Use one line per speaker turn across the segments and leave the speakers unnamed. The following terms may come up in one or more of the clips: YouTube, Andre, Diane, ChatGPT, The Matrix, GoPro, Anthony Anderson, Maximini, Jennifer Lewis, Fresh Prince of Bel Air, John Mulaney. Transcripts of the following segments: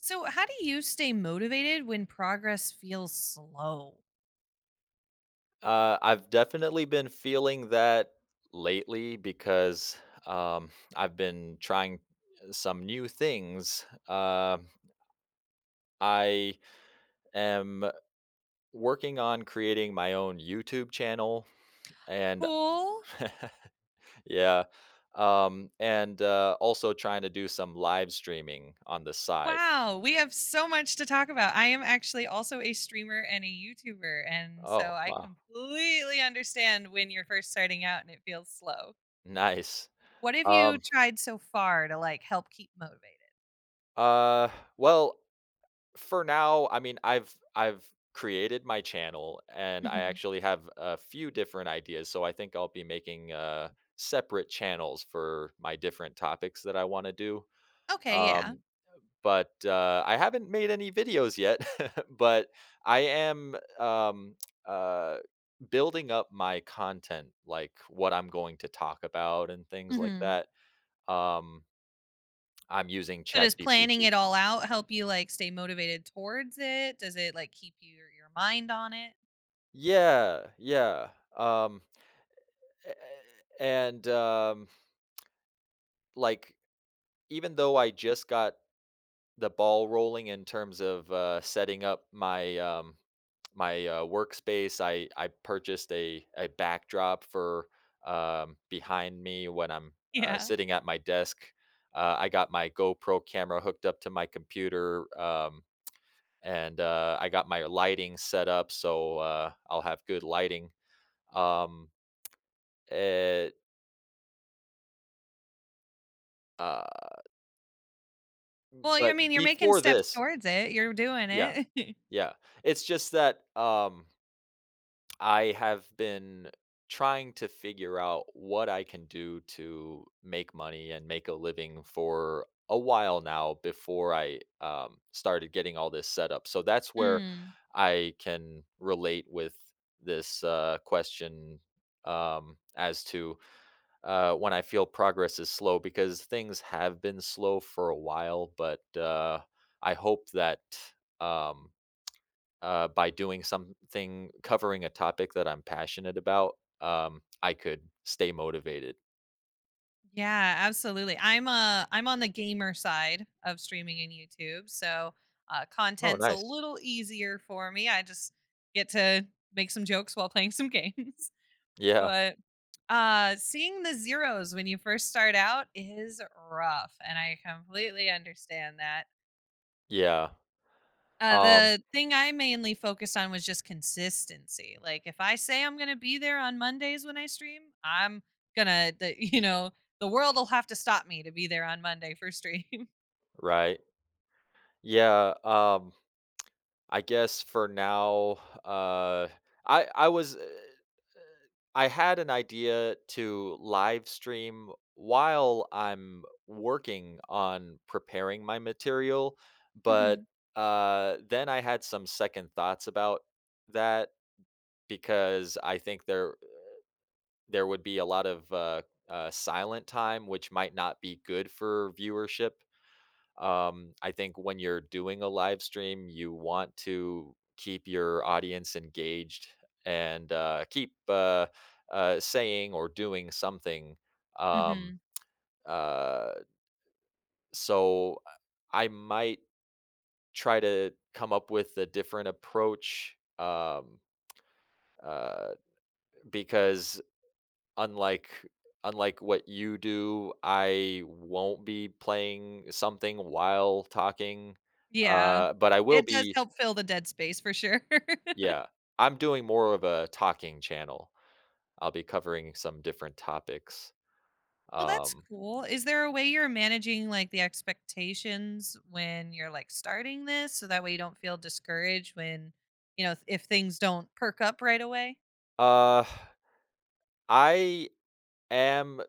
So, how do you stay motivated when progress feels slow?
I've definitely been feeling that lately because I've been trying some new things. I am working on creating my own YouTube channel, and
Cool.
yeah, and also trying to do some live streaming on the side.
Wow, we have so much to talk about. I am actually also a streamer and a YouTuber, and so
Oh,
I
wow,
completely understand when you're first starting out and it feels slow.
nice.
What have you
Um,
tried so far to like help keep motivated?
uh, well. For now, I mean, I've created my channel, and I
Hmm.
actually have a few different ideas, so I think I'll be making separate channels for my different topics that I want to do.
Okay, yeah.
Um but I haven't made any videos yet, but I am uh building up my content, like what I'm going to talk about and things like
Hmm.
that. Um I'm using
So does planning
ChatGPT.
it all out help you like stay motivated towards it? Does it like keep your mind on it?
Yeah, yeah. Um A and, um, like, Even though I just got the ball rolling in terms of, setting up my, my, workspace, I purchased a backdrop for, behind me when I'm,
Yeah.
sitting at my desk. I got my GoPro camera hooked up to my computer, and, I got my lighting set up so, I'll have good lighting. Um, eh, uh,
Well, you I mean,
but
you're making
before
steps
this
towards it. You're doing
yeah.
it.
Yeah. It's just that, I have been trying to figure out what I can do to make money and make a living for a while now before I, started getting all this set up. So that's where
Mm.
I can relate with this, question, as to, when I feel progress is slow because things have been slow for a while, but, I hope that, um, by doing something covering a topic that I'm passionate about, I could stay motivated.
Yeah, absolutely. I'm on the gamer side of streaming and YouTube, so,
Oh,
content's a
nice.
little easier for me. I just get to make some jokes while playing some games.
Yeah.
But, seeing the zeros when you first start out is rough, and I completely understand that.
Yeah.
Uh,
Um,
the thing I mainly focused on was just consistency. Like if I say I'm going to be there on Mondays when I stream, I'm going to the the world will have to stop me to be there on Monday for stream.
right. Yeah. I guess for now, uh, I I was uh, I had an idea to live stream while I'm working on preparing my material, but
Mhm.
then I had some second thoughts about that because I think there would be a lot of, silent time, which might not be good for viewership. I think when you're doing a live stream, you want to keep your audience engaged and, keep saying or doing something. Um,
Mhm.
uh, so I might try to come up with a different approach, uh, because Unlike unlike what you do, I won't be playing something while talking,
Yeah.
but I will
It does
be
help fill the dead space for sure.
yeah, I'm doing more of a talking channel. I'll be covering some different topics.
Well, that's
Um,
cool. Is there a way you're managing like the expectations when you're like starting this so that way you don't feel discouraged when, if things don't perk up right away?
uh, I am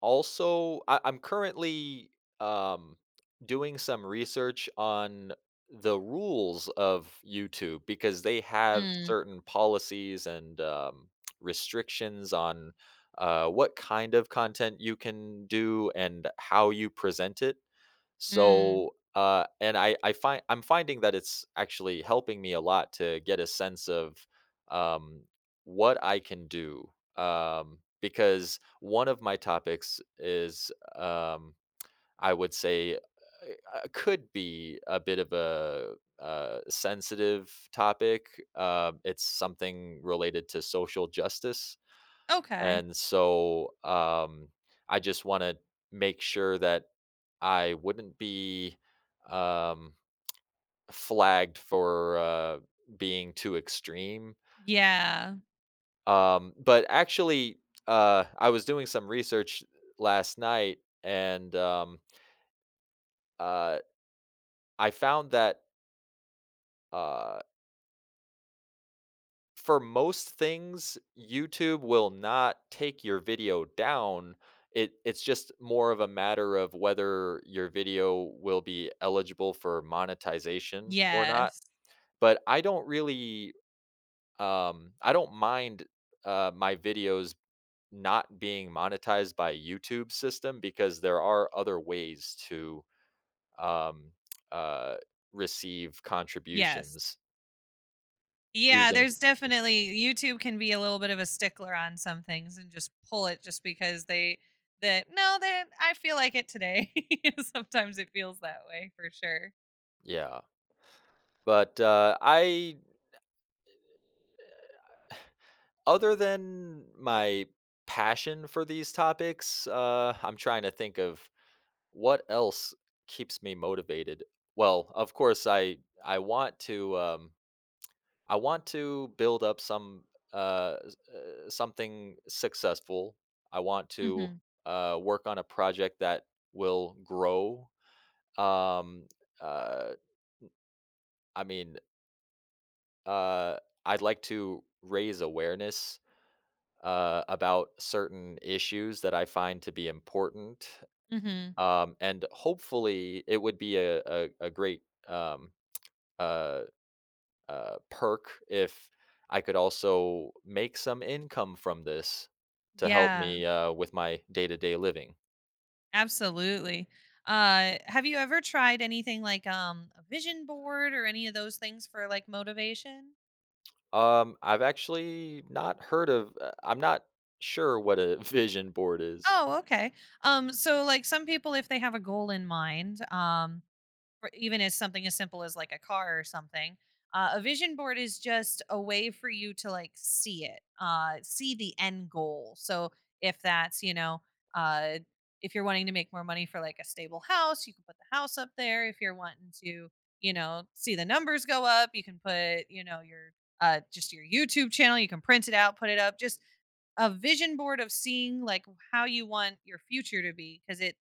also I, I'm currently um, doing some research on the rules of YouTube because they have
Mm.
certain policies, and restrictions on what kind of content you can do and how you present it.
Mm.
So, and I find I'm finding that it's actually helping me a lot to get a sense of um, what I can do, because one of my topics is, um, I would say, could be a bit of a sensitive topic. It's something related to social justice,
Okay.
and so I just want to make sure that I wouldn't be um, flagged for being too extreme.
Yeah.
But actually, I was doing some research last night, and uh, I found that uh, for most things, YouTube will not take your video down. It's just more of a matter of whether your video will be eligible for monetization or not,
Yes.
but I don't really. I don't mind, my videos not being monetized by YouTube system because there are other ways to, um, uh, receive
Yes.
contributions
Yeah,
using
there's definitely YouTube can be a little bit of a stickler on some things and just pull it just because they that no, that I feel like it today. Sometimes it feels that way for sure.
yeah. But, I other than my passion for these topics, I'm trying to think of what else keeps me motivated. Well, of course, I want to, I want to build up some something successful. I want to
Mhm.
work on a project that will grow. Um, uh, I mean, uh, I'd like to raise awareness about certain issues that I find to be important,
Mhm.
and hopefully, it would be a great um, uh, perk if I could also make some income from this to help
Yeah,
me with my day to day living.
absolutely. Have you ever tried anything like a vision board or any of those things for like motivation?
I've actually not heard of. I'm not sure what a vision board is.
Oh, okay. So like some people, if they have a goal in mind, or even as something as simple as like a car or something. A vision board is just a way for you to like see it, see the end goal. So if that'suh, if you're wanting to make more money for like a stable house, you can put the house up there. If you're wanting to, see the numbers go up, you can put, you know, your just your YouTube channel. You can print it out, put it up. Just a vision board of seeing like how you want your future to be, because it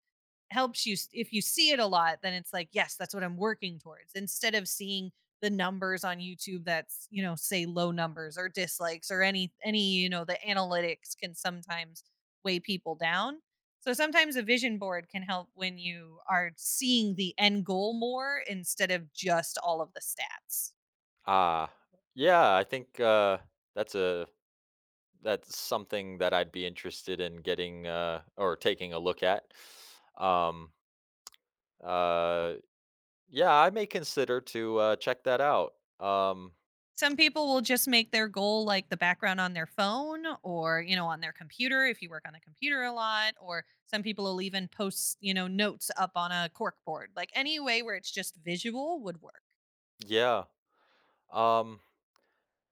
helps you if you see it a lot, then it's like, yes, that's what I'm working towards, instead of seeing the numbers on YouTube that's, say low numbers or dislikes, or any the analytics can sometimes weigh people down. So sometimes a vision board can help when you are seeing the end goal more, instead of just all of the stats.
Ah, yeah, I think that's a that's something that I'd be interested in getting or taking a look at. Um, uh, yeah, I may consider to check that out. Um,
Some people will just make their goal like the background on their phone or, on their computer if you work on the computer a lot. Or some people will even post, notes up on a cork board. Like any way where it's just visual would work.
yeah. Um,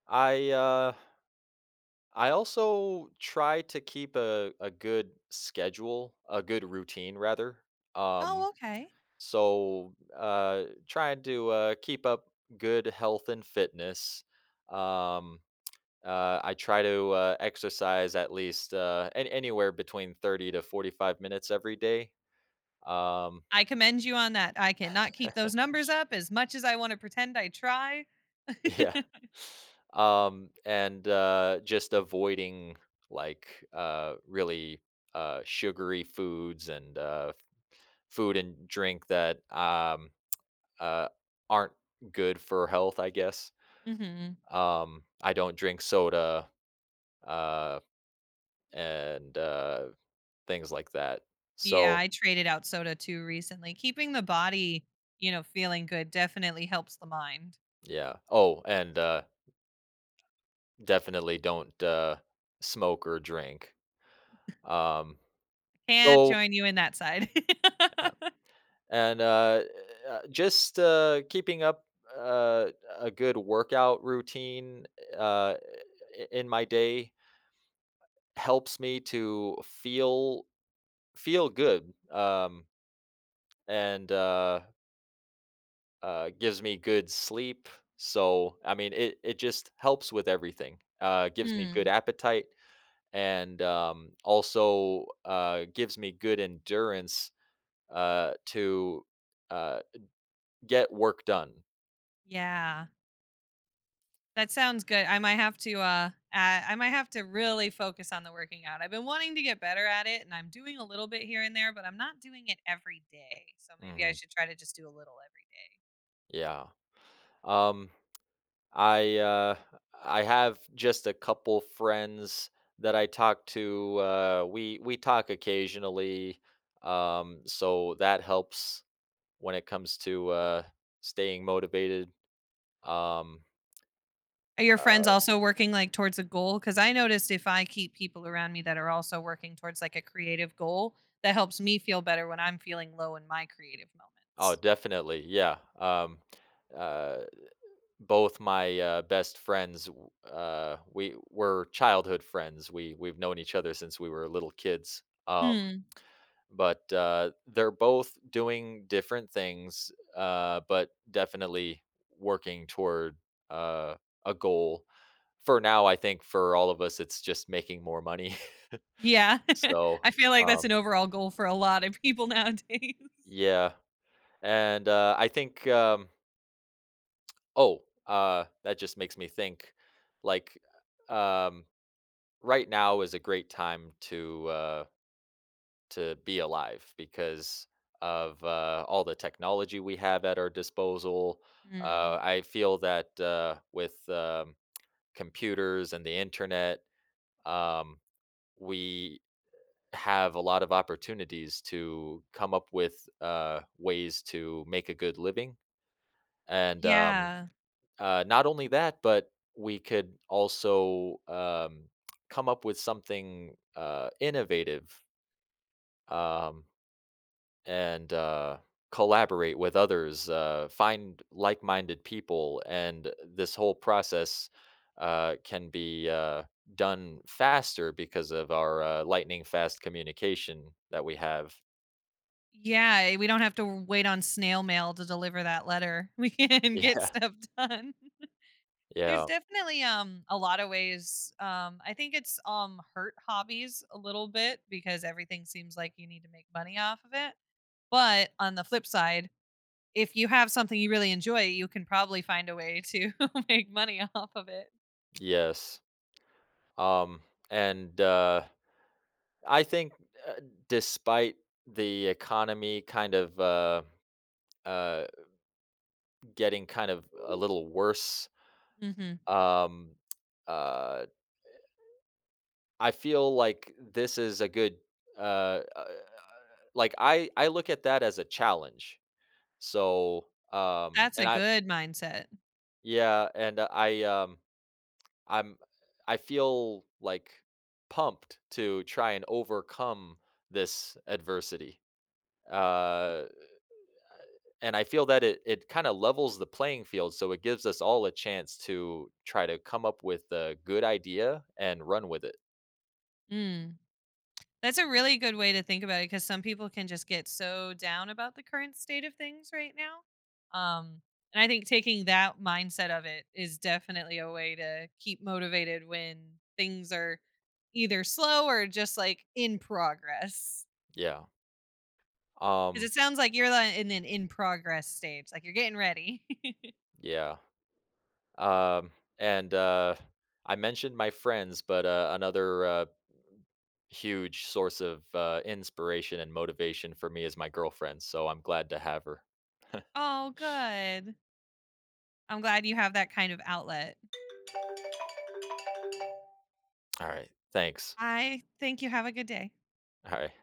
I uh I also try to keep a good schedule, a good routine rather. Um
Oh, okay.
trying to keep up good health and fitness. Um I try to exercise at least an anywhere between 30 to 45 minutes every day. Um,
I commend you on that. I cannot keep those numbers up as much as I want to pretend I try.
Yeah. And, just avoiding, really, sugary foods and, food and drink that, uh, aren't good for health, I guess.
Hmm.
I don't drink soda, uh, and, things like that.
Yeah,
So,
I traded out soda too recently. Keeping the body, feeling good definitely helps the mind.
yeah. Oh, and, definitely don't, smoke or drink. Um,
Can't
so
join you in that side.
yeah. and just keeping up uh, a good workout routine uh, in my day helps me to feel good, and gives me good sleep. So I mean, it just helps with everything. Gives me good
Hmm.
appetite and also gives me good endurance to uh, get work done.
Yeah, that sounds good. I might have to I might have to really focus on the working out. I've been wanting to get better at it and I'm doing a little bit here and there, but I'm not doing it every day. So maybe I
Hmm
should try to just do a little every.
Yeah. Um, I uh, I have just a couple friends that I talk to. We talk occasionally, so that helps when it comes to staying motivated. Um,
Are your friends
uh,
also working like towards a goal? Cuz I noticed if I keep people around me that are also working towards like a creative goal, that helps me feel better when I'm feeling low in my creative
oh,
moments.
definitely, yeah. Uh, both my best friends, we were childhood friends. We've known each other since we were little kids.
Mm.
But, they're both doing different things, but definitely working toward, uh, a goal. For now, I think for all of us, it's just making more money.
Yeah.
So,
I feel like that's
um,
an overall goal for a lot of people nowadays.
yeah, and, I think, oh, that just makes me think, like, um, right now is a great time to be alive because of all the technology we have at our disposal.
Mm.
I feel that with computers and the internet, um, we have a lot of opportunities to come up with ways to make a good living. And
Yeah.
not only that, but we could also come up with something innovative, um, and collaborate with others, find like minded people. And this whole process can be done faster because of our lightning fast communication that we have.
Yeah, we don't have to wait on snail mail to deliver that letter. We can get
Yeah.
stuff done. There's
Yeah.
definitely a lot of ways. I think it's hurt hobbies a little bit because everything seems like you need to make money off of it. But on the flip side, if you have something you really enjoy, you can probably find a way to make money off of it.
Yes. Um, and I think, uh, despite the economy kind of uh, getting kind of a little worse,
Mhm.
um, uh, I feel like this is a good uh, uh like I look at that as a challenge. So,
That's a
and I
good mindset.
yeah, and I'm I feel like pumped to try and overcome this adversity. Uh and I feel that it kind of levels the playing field, so it gives us all a chance to try to come up with a good idea and run with it.
Mm. That's a really good way to think about it because some people can just get so down about the current state of things right now. And I think taking that mindset of it is definitely a way to keep motivated when things are either slow or just like in progress.
Yeah.
Because
Um
it sounds like you're like in an in progress stage, like you're getting ready.
yeah. Um, and I mentioned my friends, but another huge source of inspiration and motivation for me is my girlfriend. So I'm glad to have her.
Oh, good. I'm glad you have that kind of outlet.
All right. Thanks.
I think you have a good day.
All right.